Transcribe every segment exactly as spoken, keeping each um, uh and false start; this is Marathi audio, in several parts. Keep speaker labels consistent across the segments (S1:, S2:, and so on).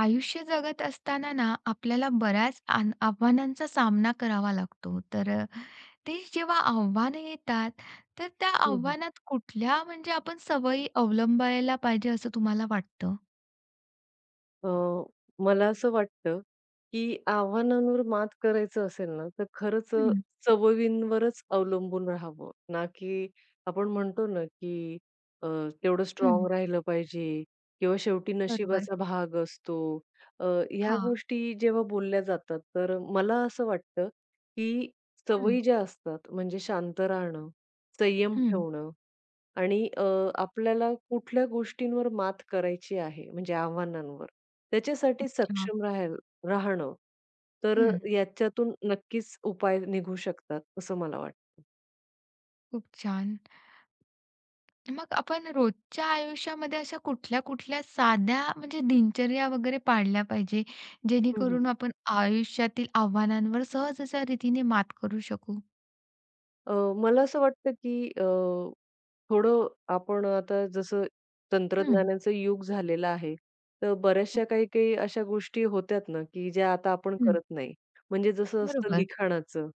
S1: आयुष्य जगत असताना ना, आपल्याला बऱ्याच आन आव्हानांचा सामना करावा लागतो. तर अ, ते जेव्हा आव्हानं येतात, तर त्या
S2: हं, हं.
S1: आव्हानात कुठल्या म्हणजे आपण सवयी अवलंबायला पाहिजे असं तुम्हाला वाटतं?
S2: मला असं वाटतं, की आव्हानांवर मात करायचं असेल ना, तर खरंच अ,
S1: हं,
S2: सवयींवरच अवलंबून राहावं ना, की आपण म्हणतो ना, की अ, तेवढं स्ट्राँग
S1: हं.
S2: राहिलं पाहिजे किंवा शेवटी
S1: बरोबर.
S2: नशिबाचा भाग असतो. अ, ह्या
S1: हां.
S2: गोष्टी जेव्हा बोलल्या जातात, तर मला असं वाटतं, की
S1: हं,
S2: सवयी ज्या असतात म्हणजे शांत राहणं, संयम
S1: हं.
S2: ठेवणं आणि अ, आपल्याला कुठल्या गोष्टींवर मात करायची आहे, म्हणजे आव्हानांवर, त्याच्यासाठी
S1: अच्छा.
S2: सक्षम राहायला राहणं, तर अ,
S1: हं.
S2: याच्यातून नक्कीच उपाय निघू शकतात, असं मला वाटतं.
S1: खूप छान. मग आपण रोजच्या आयुष्यामध्ये अशा कुठल्या-कुठल्या साध्या म्हणजे दिनचर्या वगैरे पाळल्या पाहिजे,
S2: हं,
S1: जेणेकरून आपण आयुष्यातील आव्हानांवर सहज अशा रीतीने मात करू शकू?
S2: अ, मला असं वाटतं की थोडं आपण आता जसं
S1: हं.
S2: तंत्रज्ञानाचं युग झालेलं आहे, तर बऱ्याचशा काही-काही अशा गोष्टी होत्यात ना, की ज्या आता आपण
S1: हं.
S2: करत नाही. म्हणजे जसं असतं
S1: बरोबर.
S2: लिखाणाचं,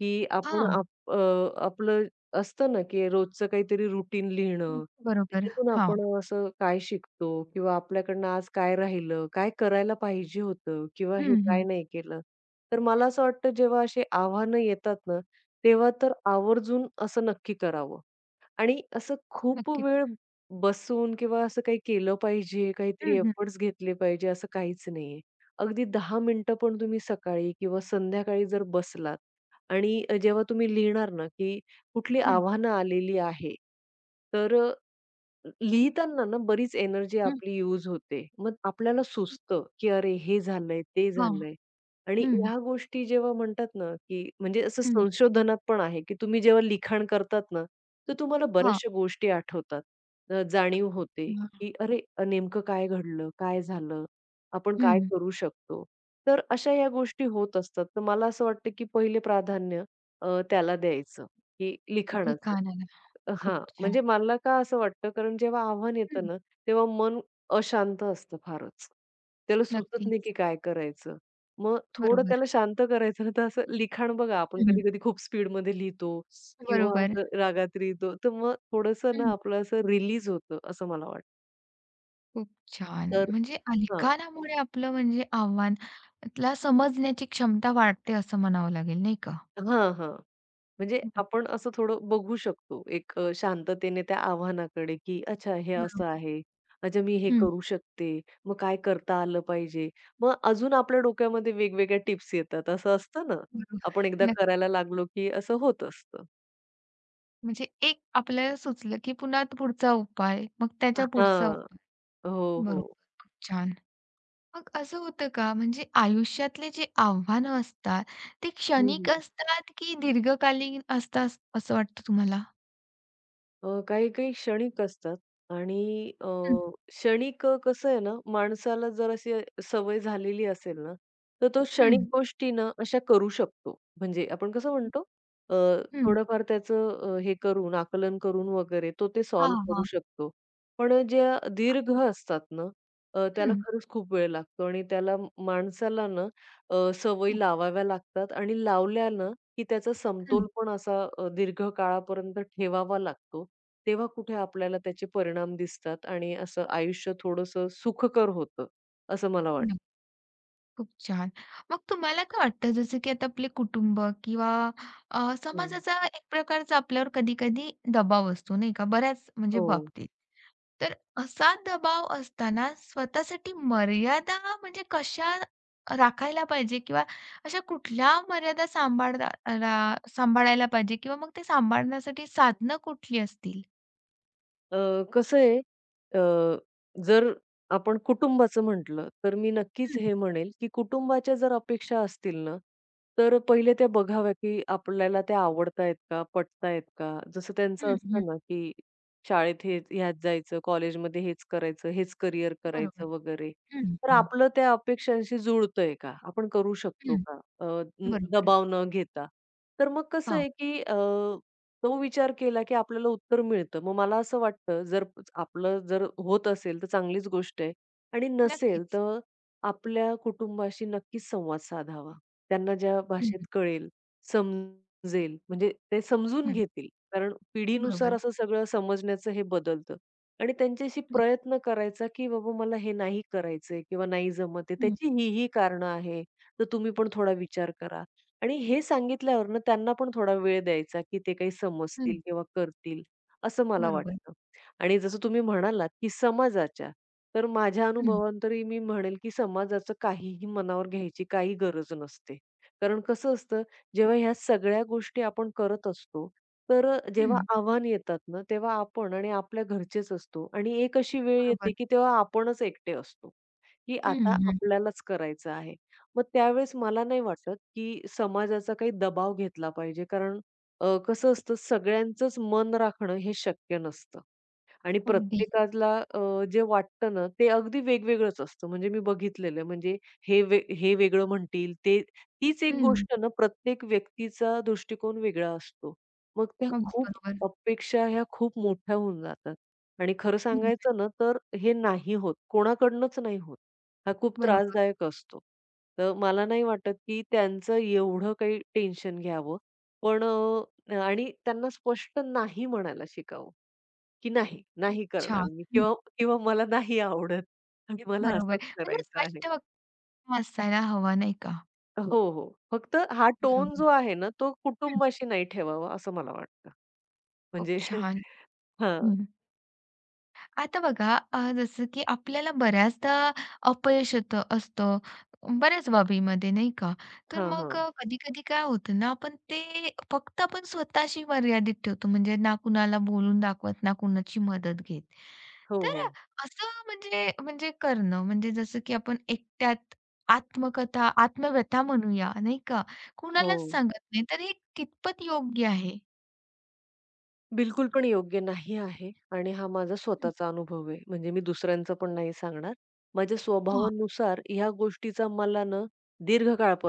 S2: की आपण
S1: हां.
S2: आप अ, आपलं असतं ना, की रोजचं काहीतरी रुटीन
S1: हं.
S2: लिहिणं.
S1: बरोबर.
S2: त्याच्यातून
S1: हां.
S2: आपण असं काय शिकतो किंवा आपल्याकडनं आज काय राहिलं, काय करायला पाहिजे होतं किंवा हे
S1: हं,
S2: काय
S1: हं.
S2: नाही केलं. तर मला असं वाटतं जेव्हा अशी आव्हानं येतात ना, तेव्हा तर आवर्जून असं नक्की करावं. आणि असं खूप
S1: नक्कीच.
S2: वेळ बसून किंवा असं काही केलं पाहिजे, काहीतरी
S1: हं, हं.
S2: एफर्ट्स घेतले पाहिजे असं काहीच नाहीये. अगदी दहा मिनिटं पण तुम्ही सकाळी किंवा संध्याकाळी जर बसलात आणि जेव्हा तुम्ही लिहिणार ना, की कुठली
S1: हं.
S2: आव्हानं आलेली आहे, तर लिहिताना ना बरीच एनर्जी
S1: हं.
S2: आपली यूज होते. मग आपल्याला सुचतं, की अरे हे झालंय, ते
S1: हां.
S2: झालंय. आणि
S1: हं.
S2: ह्या गोष्टी जेव्हा म्हणतात ना, की म्हणजे असं
S1: हं.
S2: संशोधनात पण आहे, की तुम्ही जेव्हा लिखाण करतात ना, तर तुम्हाला
S1: हां.
S2: बऱ्याचशा गोष्टी आठवतात. अ, जाणीव होते,
S1: हां.
S2: की अरे अ, नेमकं काय घडलं? काय झालं? आपण काय
S1: हं.
S2: करू शकतो? तर अशा या गोष्टी होत असतात. तर मला असं वाटतं, की पहिले प्राधान्य अ, त्याला द्यायचं. की हं. लिखाणाचं.
S1: लिखाण खूप
S2: हां,
S1: छान.
S2: म्हणजे मला का असं वाटतं कारण जेव्हा आव्हान येतं
S1: हं.
S2: ना, तेव्हा मन अशांत असतं फारच. त्याला सुचत नाही
S1: नक्कीच.
S2: की काय करायचं. मग थोडं
S1: बरोबर.
S2: त्याला शांत करायचं ना, तर असं लिखाण बघा आपण
S1: हं.
S2: कधी-कधी खूप स्पीडमध्ये लिहितो किंवा
S1: बरोबर.
S2: असं रागात लिहितो. तर मग थोडंसं ना
S1: हं.
S2: आपलं असं रिलीज होतं असं मला वाटतं.
S1: खूप छान.
S2: तर
S1: म्हणजे
S2: हां.
S1: लिखाणामुळे आपलं म्हणजे आव्हानाला समजण्याची क्षमता वाढते असं म्हणावं लागेल नाही का?
S2: हां, हां. म्हणजे आपण
S1: नक्कीच.
S2: असं थोडं बघू शकतो एक अ, शांततेने त्या आव्हानाकडे, की अच्छा हे असं
S1: बरोबर.
S2: आहे. अच्छा मी हे
S1: हं.
S2: करू शकते. मग काय करता आलं पाहिजे. मग अजून आपल्या डोक्यामध्ये वेगवेगळ्या टिप्स येतात. असं असतं ना,
S1: बरोबर.
S2: आपण एकदा
S1: नक्कीच.
S2: करायला लागलो, की असं होत असतं.
S1: म्हणजे एक आपल्याला सुचलं, की पुन्हा तो पुढचा उपाय, मग त्याच्या पुढचा
S2: हां.
S1: उपाय.
S2: हो, हो.
S1: बरोबर, खूप छान. मग असं होतं का म्हणजे आयुष्यातले जे आव्हानं असतात, ते क्षणिक
S2: हं,
S1: असतात, की दीर्घकालीन असतात असं वाटतं तुम्हाला?
S2: अ, काही-काही क्षणिक असतात आणि अ,
S1: हं,
S2: क्षणिक अ, कसं आहे ना, माणसाला जर अशी सवय झालेली असेल ना, तर तो
S1: हं,
S2: क्षणिक गोष्टी ना अशा करू शकतो. म्हणजे आपण कसं म्हणतो अ,
S1: हं.
S2: थोडंफार त्याचं अ, हे करून, आकलन करून वगैरे तो ते
S1: हां,
S2: सॉल्व्ह करू
S1: हां.
S2: शकतो. पण अ, ज्या दीर्घ असतात ना, अ, त्याला
S1: हं,
S2: खरंच खूप वेळ लागतो आणि त्याला माणसाला ना अ, सवयी
S1: हं,
S2: लावाव्या लागतात आणि लावल्यानं की त्याचा समतोल
S1: हं.
S2: पण असा अ, दीर्घ काळापर्यंत ठेवावा लागतो. तेव्हा कुठे आपल्याला त्याचे परिणाम दिसतात आणि असं आयुष्य थोडंसं सुखकर होतं, असं मला वाटतं.
S1: हं. खूप छान. मग तुम्हाला काय वाटतं जसं की आता आपले कुटुंब किंवा अ,
S2: हो,
S1: समाजाचा एक प्रकारचा आपल्यावर कधी-कधी दबाव असतो नाही का, बऱ्याच म्हणजे
S2: हो.
S1: बाबतीत. तर असा दबाव असताना स्वतःसाठी मर्यादा म्हणजे कशा राखायला पाहिजे किंवा अशा कुठल्या मर्यादा सांभाळता ला सांभाळायला पाहिजे किंवा मग ते सांभाळण्यासाठी साधनं कुठली असतील?
S2: अ, कसं आहे अ, जर आपण कुटुंबाचं म्हटलं, तर मी नक्कीच
S1: हं,
S2: हे म्हणेल, की कुटुंबाच्या जर अपेक्षा असतील ना, तर पहिले त्या बघाव्या, की आपल्याला त्या आवडतायत का, पटतायत का? जसं त्यांचं
S1: हं, हं.
S2: असतं ना, की शाळेत हेच ह्यात जायचं, कॉलेजमध्ये हेच करायचं, हेच करियर करायचं
S1: बरोबर.
S2: वगैरे.
S1: हं,
S2: तर
S1: हं.
S2: आपलं त्या अपेक्षांशी जुळतंय का? आपण करू शकतो
S1: हं.
S2: का? अ, न
S1: बरोबर.
S2: दबाव न घेता. तर मग कसं
S1: हां,
S2: आहे, की तो विचार केला, की आपल्याला उत्तर मिळतं. मग मला असं वाटतं, जर प- आपलं जर होत असेल तर चांगलीच गोष्ट आहे आणि नसेल
S1: नक्कीच.
S2: तर आपल्या कुटुंबाशी नक्कीच संवाद साधावा. त्यांना ज्या भाषेत
S1: हं,
S2: कळेल, समजेल म्हणजे ते समजून
S1: हं.
S2: घेतील. कारण पिढीनुसार
S1: बरोबर.
S2: असं सगळं समजण्याचं हे बदलतं आणि त्यांच्याशी प्रयत्न करायचा, की "बाबा मला हे नाही करायचंय किंवा नाही जमत आहे.
S1: हं,
S2: त्याची ही, ही कारणं आहे. तर तुम्ही पण थोडा विचार करा." आणि हे सांगितल्यावर ना त्यांना पण थोडा वेळ द्यायचा, की ते काही
S1: हं.
S2: समजतील किंवा करतील, असं मला
S1: बरोबर.
S2: वाटतं. आणि जसं तुम्ही म्हणालात, की समाजाच्या, तर माझ्या
S1: हं,
S2: अनुभवान तरी मी म्हणेल, की समाजाचं काहीही मनावर घ्यायची काही गरज नसते. कारण कसं असतं, जेव्हा ह्या सगळ्या गोष्टी आपण करत असतो, तर जेव्हा
S1: हं.
S2: आव्हान येतात ना, तेव्हा आपण आणि आपल्या घरचेच असतो आणि एक अशी वेळ
S1: बरोबर.
S2: येते, की तेव्हा आपणच एकटे असतो, की
S1: हं,
S2: आता
S1: हं.
S2: आपल्यालाच करायचं आहे. मग त्यावेळेस मला नाही वाटत, की समाजाचा काही दबाव घेतला पाहिजे. कारण अ, कसं असतं सगळ्यांचंच मन राखणं हे शक्य नसतं. आणि
S1: अगदी.
S2: प्रत्येकाला अ, जे वाटतं ना, ते अगदी वेगवेगळंच असतं. म्हणजे मी बघितलेलं आहे. म्हणजे हे वे हे वेगळं म्हणतील, ते तीच एक
S1: हं.
S2: गोष्ट ना, प्रत्येक व्यक्तीचा दृष्टिकोन वेगळा असतो. मग त्या
S1: अगदी
S2: खूप
S1: बरोबर.
S2: अपेक्षा ह्या खूप मोठ्या होऊन जातात आणि खरं
S1: हं,
S2: सांगायचं ना, तर हे नाही होत. कोणाकडनंच नाही होत. हा खूप
S1: बरोबर.
S2: त्रासदायक असतो. तर मला नाही वाटत, की त्यांचं एवढं काही टेन्शन घ्यावं. पण अ, आणि त्यांना स्पष्ट नाही म्हणायला शिकावं. की नाही,
S1: खूप
S2: नाही करणार
S1: छान.
S2: मी
S1: हं,
S2: किंवा किंवा मला नाही आवडत आणि मला
S1: बरोबर.
S2: असंच
S1: म्हणजे
S2: करायचं आहे.
S1: स्पष्ट वक्ता असायला हवा नाही का?
S2: हो, हो. फक्त हा टोन
S1: बरोबर.
S2: जो आहे ना, तो
S1: हं.
S2: कुटुंबाशी नाही ठेवावा असं मला वाटतं.
S1: खूप
S2: म्हणजे
S1: छान.
S2: हां,
S1: हं. आता बघा, अ, जसं की आपल्याला बऱ्याचदा अपयश येतं असतं, बऱ्याच बाबीमध्ये नाही का? तर
S2: हां,
S1: मग
S2: हां.
S1: अ, कधी-कधी काय होतं ना, आपण ते फक्त आपण स्वतःशी मर्यादित ठेवतो. म्हणजे ना कुणाला बोलून दाखवत, ना कुणाची मदत घेत.
S2: हो,
S1: तर अ,
S2: हो.
S1: असं म्हणजे म्हणजे करणं, म्हणजे जसं की आपण एकट्यात आत्मकथा, आत्मव्यथा म्हणूया नाही का?
S2: हो.
S1: कुणालाच सांगत नाही, तर हे कितपत योग्य आहे?
S2: बिलकुल पण योग्य नाही आहे आणि हा माझा
S1: हं,
S2: स्वतःचा अनुभव आहे. म्हणजे मी दुसऱ्यांचा पण नाही सांगणार. माझ्या
S1: हां,
S2: स्वभावानुसार ह्या गोष्टीचा मला ना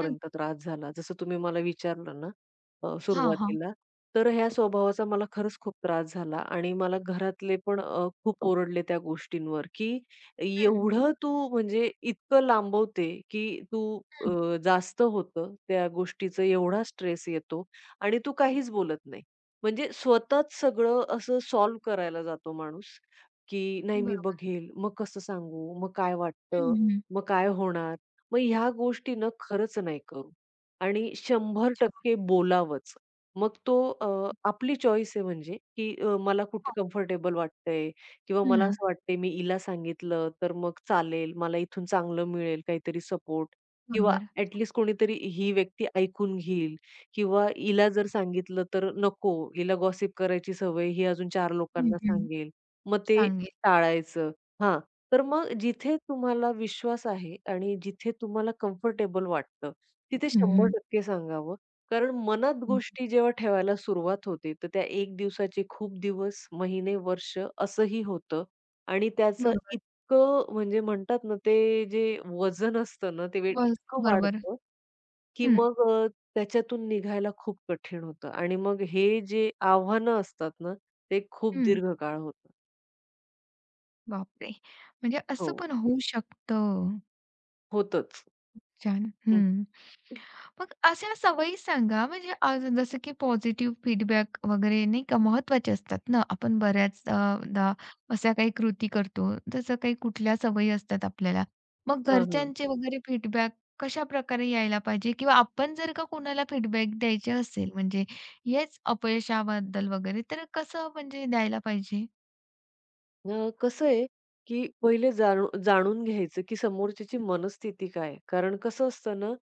S1: हं,
S2: त्रास झाला. जसं तुम्ही मला विचारलं ना अ,
S1: हां, हां.
S2: सुरुवातीला, तर ह्या स्वभावाचा मला खरंच खूप त्रास झाला आणि मला घरातले पण अ, खूप ओरडले त्या गोष्टींवर, की
S1: हं,
S2: "एवढं तू म्हणजे इतकं लांबवते, की तू
S1: हं.
S2: अ, जास्त होतं त्या गोष्टीचं एवढा स्ट्रेस येतो आणि तू काहीच बोलत नाही." म्हणजे स्वतःच सगळं असं सॉल्व करायला जातो माणूस, की नाही मी
S1: बरोबर.
S2: बघेल, मग कसं सांगू, मग काय
S1: हं,
S2: वाटतं,
S1: हं.
S2: मग काय होणार? मग ह्या गोष्टी ना खरंच नाही करू आणि शंभर टक्के बोलावंच. मग तो अ, आपली चॉईस आहे म्हणजे, की अ, मला कुठे
S1: हां.
S2: कम्फर्टेबल वाटतंय किंवा मला
S1: हं.
S2: असं वाटतंय मी हिला सांगितलं तर मग चालेल, मला इथून चांगलं मिळेल काहीतरी सपोर्ट किंवा
S1: बरोबर.
S2: ॲट कोणीतरी ही व्यक्ती ऐकून घेईल. किंवा हिला जर सांगितलं तर नको, हिला गॉसिप करायची सवय, ही अजून चार
S1: हं,
S2: लोकांना
S1: हं.
S2: सांगेल. मग ते
S1: सांगेल.
S2: टाळायचं. हां, तर मग जिथे तुम्हाला विश्वास आहे आणि जिथे तुम्हाला कम्फर्टेबल वाटतं, तिथे
S1: हं, हं.
S2: शंभर टक्के सांगावं. कारण मनात
S1: हं.
S2: गोष्टी जेव्हा ठेवायला सुरुवात होते, तर त्या एक दिवसाचे खूप दिवस, महिने, वर्ष असंही होतं आणि त्याचं
S1: बरोबर.
S2: इतकं म्हणजे म्हणतात ना, ते जे वजन असतं ना, ते वेळ
S1: बस
S2: इतकं
S1: बरोबर.
S2: वाढतं की
S1: हं,
S2: मग अ, त्याच्यातून निघायला खूप कठीण होतं आणि मग हे जे आव्हानं असतात ना, ते खूप
S1: हं.
S2: दीर्घकाळ होतं.
S1: बापरे! म्हणजे
S2: हो,
S1: असं पण होऊ शकतं.
S2: होतंच.
S1: छान.
S2: हं.
S1: हं. मग अशा सवयी सांगा म्हणजे अ, जसं की पॉझिटिव्ह फीडबॅक वगैरे नाही का महत्त्वाचे असतात ना. आपण बऱ्याचदा अशा काही कृती करतो, तसं काही कुठल्या सवयी असतात आपल्याला. मग
S2: हां, हां.
S1: घरच्यांचे वगैरे फीडबॅक कशाप्रकारे यायला पाहिजे किंवा आपण जर का कोणाला फीडबॅक द्यायचे असेल म्हणजे हेच अपयशाबद्दल वगैरे तर कसं म्हणजे द्यायला पाहिजे?
S2: अ, कसं आहे, की पहिले जाणू जाणून घ्यायचं, की समोरच्याची मनस्थिती काय आहे? कारण कसं असतं ना,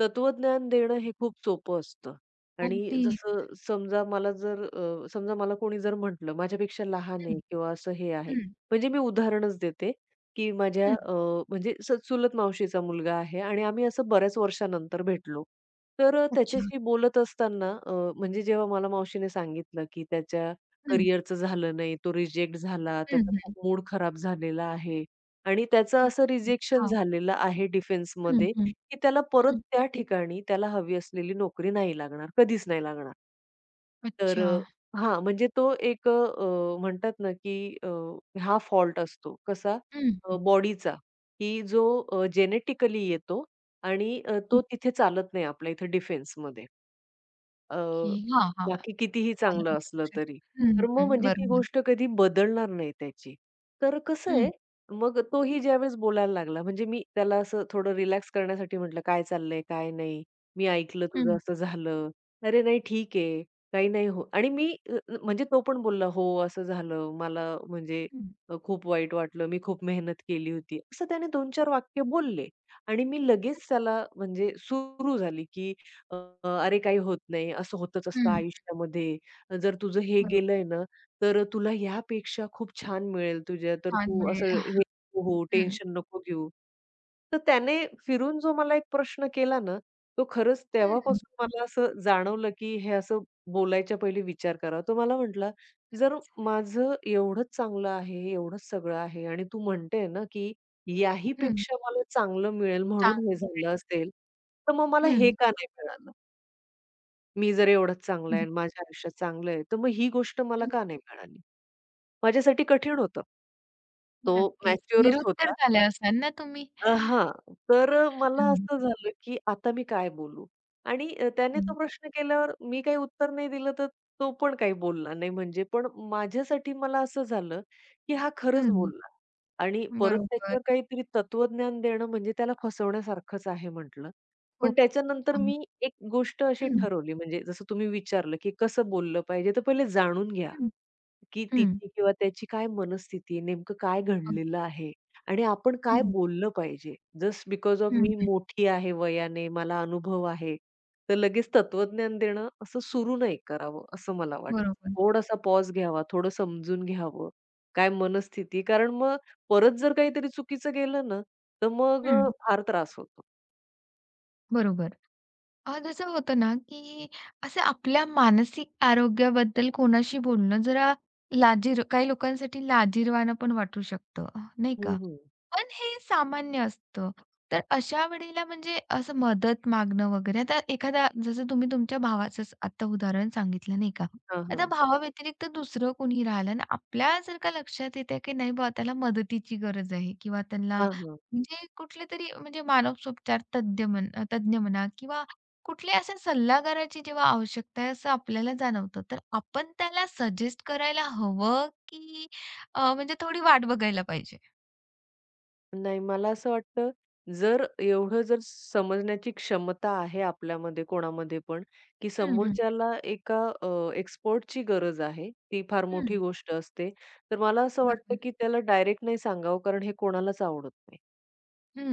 S2: तत्त्वज्ञान देणं हे खूप सोपं असतं आणि
S1: अगदीच.
S2: जसं समजा मला जर अ, समजा मला कोणी जर म्हटलं, माझ्यापेक्षा लहान
S1: हं,
S2: आहे किंवा असं हे आहे.
S1: हं.
S2: म्हणजे मी उदाहरणच देते, की माझ्या
S1: हं.
S2: अ, म्हणजे स चुलत मावशीचा मुलगा आहे आणि आम्ही असं बऱ्याच वर्षानंतर भेटलो. तर
S1: अच्छा.
S2: त्याच्याशी बोलत असताना अ, म्हणजे जेव्हा मला मावशीने सांगितलं, की त्याच्या
S1: हं,
S2: करिअरचं झालं नाही, तो रिजेक्ट झाला,
S1: हं,
S2: त्याचा
S1: हं.
S2: खूप मूड खराब झालेला आहे आणि त्याचं असं
S1: ओके.
S2: रिजेक्शन
S1: हां.
S2: झालेलं आहे
S1: हं,
S2: डिफेन्समध्ये,
S1: हं,
S2: की त्याला परत
S1: हं.
S2: त्या ठिकाणी त्याला हवी असलेली नोकरी नाही लागणार, कधीच नाही लागणार. तर
S1: अच्छा.
S2: अ, हां, म्हणजे तो एक अ, अ, म्हणतात ना, की अ, हा फॉल्ट असतो. कसा?
S1: हं, हं.
S2: बॉडीचा, की जो जेनेटिकली येतो आणि अ, तो
S1: हं.
S2: तिथे चालत नाही आपल्या इथे डिफेन्समध्ये. अ,
S1: ओके. हां, हां.
S2: बाकी कितीही
S1: आलं
S2: चांगलं
S1: माझ्या
S2: असलं
S1: लक्षात.
S2: तरी.
S1: हं,
S2: तर मग
S1: हं.
S2: म्हणजे ती
S1: बरोबर.
S2: गोष्ट कधी बदलणार नाही त्याची. तर कसं आहे,
S1: हं,
S2: मग तोही ज्यावेळेस बोलायला लागला, म्हणजे मी त्याला असं थोडं रिलॅक्स करण्यासाठी म्हटलं, "काय चाललंय? काय नाही? मी ऐकलं तुझं
S1: हं,
S2: असं झालं." "अरे नाही, ठीक आहे. काही नाही हो" आणि मी अ, म्हणजे तो पण बोलला, "हो, असं झालं. मला म्हणजे
S1: हं,
S2: अ, खूप वाईट वाटलं. मी खूप मेहनत केली होती." असं त्याने दोन ते चार वाक्य बोलले आणि मी लगेच त्याला म्हणजे सुरू झाली की अ, "अरे, काही होत नाही, असं होतच असतं
S1: हं.
S2: आयुष्यामध्ये. जर तुझं हे
S1: बरोबर.
S2: गेलंय ना, तर तुला ह्यापेक्षा खूप छान मिळेल तुझ्या, तर
S1: छान
S2: तू असं
S1: मिळेल.
S2: हे हो होऊ,
S1: हं,
S2: टेन्शन नको घेऊ." तर त्याने फिरून जो मला एक प्रश्न केला ना, तो खरंच
S1: हं, हं.
S2: तेव्हापासून मला असं जाणवलं, की हे असं बोलायच्या पहिले विचार करावा. तो मला म्हटला, "जर
S1: नक्कीच.
S2: माझं एवढंच चांगलं आहे, एवढंच सगळं आहे आणि तू म्हणते ना, की
S1: हं,
S2: याहीपेक्षा मला चांगलं मिळेल म्हणून हे
S1: चांगलं मिळेल.
S2: झालं असेल." तर मग मला हे
S1: हं,
S2: का नाही मिळालं? मी जर एवढं चांगलं आहे
S1: हं,
S2: आणि माझ्या आयुष्यात चांगलं आहे, तर मग ही गोष्ट मला
S1: हं.
S2: का नाही मिळाली? माझ्यासाठी कठीण होतं. तो
S1: नक्कीच.
S2: मॅच्युअरच
S1: निरुत्तर
S2: होता.
S1: झाल्या असाल ना तुम्ही?
S2: अ, हां. तर अ, मला
S1: हं,
S2: असं झालं, की आता मी काय बोलू? आणि अ, त्याने तो
S1: हं,
S2: प्रश्न केल्यावर मी काही उत्तर नाही दिलं, तर तो पण काही बोलला नाही म्हणजे. पण माझ्यासाठी मला असं झालं, की हा खरंच
S1: हं.
S2: बोलला आणि परत
S1: बरोबर.
S2: त्याच्यावर काहीतरी तत्वज्ञान देणं म्हणजे त्याला फसवण्यासारखंच आहे म्हटलं. पण
S1: खूप
S2: त्याच्यानंतर
S1: छान.
S2: मी एक गोष्ट अशी
S1: हं,
S2: ठरवली म्हणजे जसं तुम्ही विचारलं, की कसं बोललं पाहिजे? तर पहिले जाणून घ्या.
S1: हं,
S2: की
S1: हं.
S2: तिची किंवा त्याची काय मनस्थिती आहे, नेमकं काय
S1: अगदी.
S2: घडलेलं आहे आणि आपण काय
S1: हं,
S2: बोललं पाहिजे. जस्ट बिकॉज ऑफ
S1: हं,
S2: मी
S1: हं.
S2: मोठी आहे वयाने, मला अनुभव आहे, तर लगेच तत्त्वज्ञान देणं असं सुरू नाही करावं, असं मला वाटतं.
S1: बरोबर.
S2: थोडासा पॉज घ्यावा, थोडं समजून घ्यावं, काय मनस्थिती कारण मग परत जर काहीतरी चुकीचं गेलं ना, तर मग अ,
S1: हं,
S2: फार त्रास होतो.
S1: बरोबर. अ, जसं होतं ना, की असं आपल्या मानसिक आरोग्याबद्दल कोणाशी बोलणं जरा लाजिर काही लोकांसाठी लाजिरवाणं पण वाटू शकतं, नाही
S2: हं,
S1: का?
S2: हं.
S1: पण हे सामान्य असतं. तर अशा वेळेला म्हणजे असं मदत मागणं वगैरे आता एखादा जसं तुम्ही तुमच्या भावाचंच आता उदाहरण सांगितलं नाही का?
S2: हां,
S1: आता
S2: हां.
S1: भावाव्यतिरिक्त दुसरं कोणी राहिलं आणि आपल्या जर का लक्षात येतंय की नाही बुवा त्याला मदतीची गरज आहे किंवा त्यांना
S2: हां,
S1: म्हणजे कुठले तरी म्हणजे मानसोपचार तज्ञ म्हण तज्ञ म्हणा किंवा कुठल्या अशा सल्लागाराची जेव्हा आवश्यकता आहे असं आपल्याला जाणवतं. तर आपण त्याला सजेस्ट करायला हवं की अ, म्हणजे थोडी वाट बघायला पाहिजे?
S2: नाही, मला असं वाटतं, जर एवढं जर समजण्याची क्षमता आहे आपल्यामध्ये कोणामध्ये पण, की
S1: हं, हं.
S2: समोरच्याला एका अ, एक्सपर्टची गरज आहे, ती फार मोठी
S1: हं,
S2: गोष्ट असते. तर मला असं वाटतं,
S1: बरोबर.
S2: की त्याला डायरेक्ट नाही सांगावं, कारण हे कोणालाच आवडत नाही.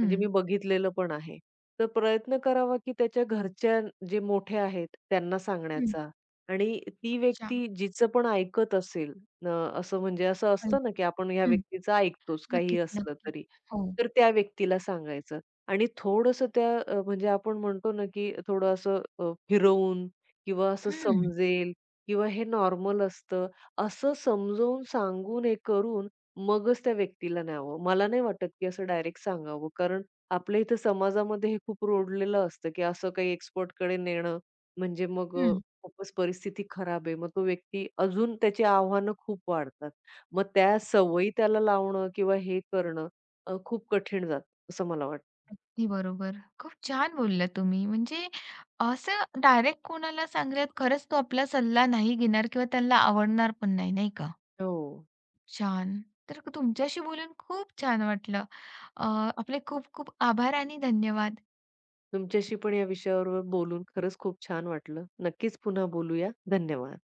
S2: म्हणजे मी बघितलेलं पण आहे. तर प्रयत्न करावा, की त्याच्या घरच्या जे मोठे आहेत त्यांना
S1: हं.
S2: सांगण्याचा आणि ती
S1: अच्छा.
S2: व्यक्ती जिचं पण ऐकत असेल अ, असं म्हणजे असं असतं
S1: हलवा.
S2: ना, की आपण ह्या
S1: हं.
S2: व्यक्तीचं ऐकतोच काहीही
S1: नक्कीच,
S2: असलं
S1: नक्की.
S2: तरी.
S1: हो.
S2: तर त्या व्यक्तीला सांगायचं आणि थोडंसं त्या अ, म्हणजे आपण म्हणतो ना, की थोडं असं अ, फिरवून किंवा असं
S1: हं,
S2: समजेल किंवा हे नॉर्मल असतं, असं समजवून सांगून हे करून मगच त्या व्यक्तीला न्यावं. मला नाही वाटत, की असं डायरेक्ट सांगावं. कारण आपल्या इथं समाजामध्ये हे खूप रुढलेलं असतं, की असं काही एक्सपर्टकडे नेणं म्हणजे मग अ,
S1: हं.
S2: खूपच परिस्थिती खराब आहे. मग तो व्यक्ती अजून त्याची आव्हानं खूप वाढतात. मग त्या सवयी त्याला लावणं किंवा हे करणं अ, खूप कठीण जातं असं मला वाटतं.
S1: अगदी बरोबर. खूप छान बोललात तुम्ही. म्हणजे असं डायरेक्ट कोणाला सांगल्यात खरंच तो आपला सल्ला नाही घेणार किंवा त्यांना आवडणार पण नाही, नाही का?
S2: हो.
S1: छान. तर तुमच्याशी बोलून खूप छान वाटलं. अ, आपले खूप खूप आभार आणि धन्यवाद.
S2: तुमच्याशी पण या विषयावर बोलून खरंच खूप छान वाटलं. नक्कीच पुन्हा बोलूया. धन्यवाद.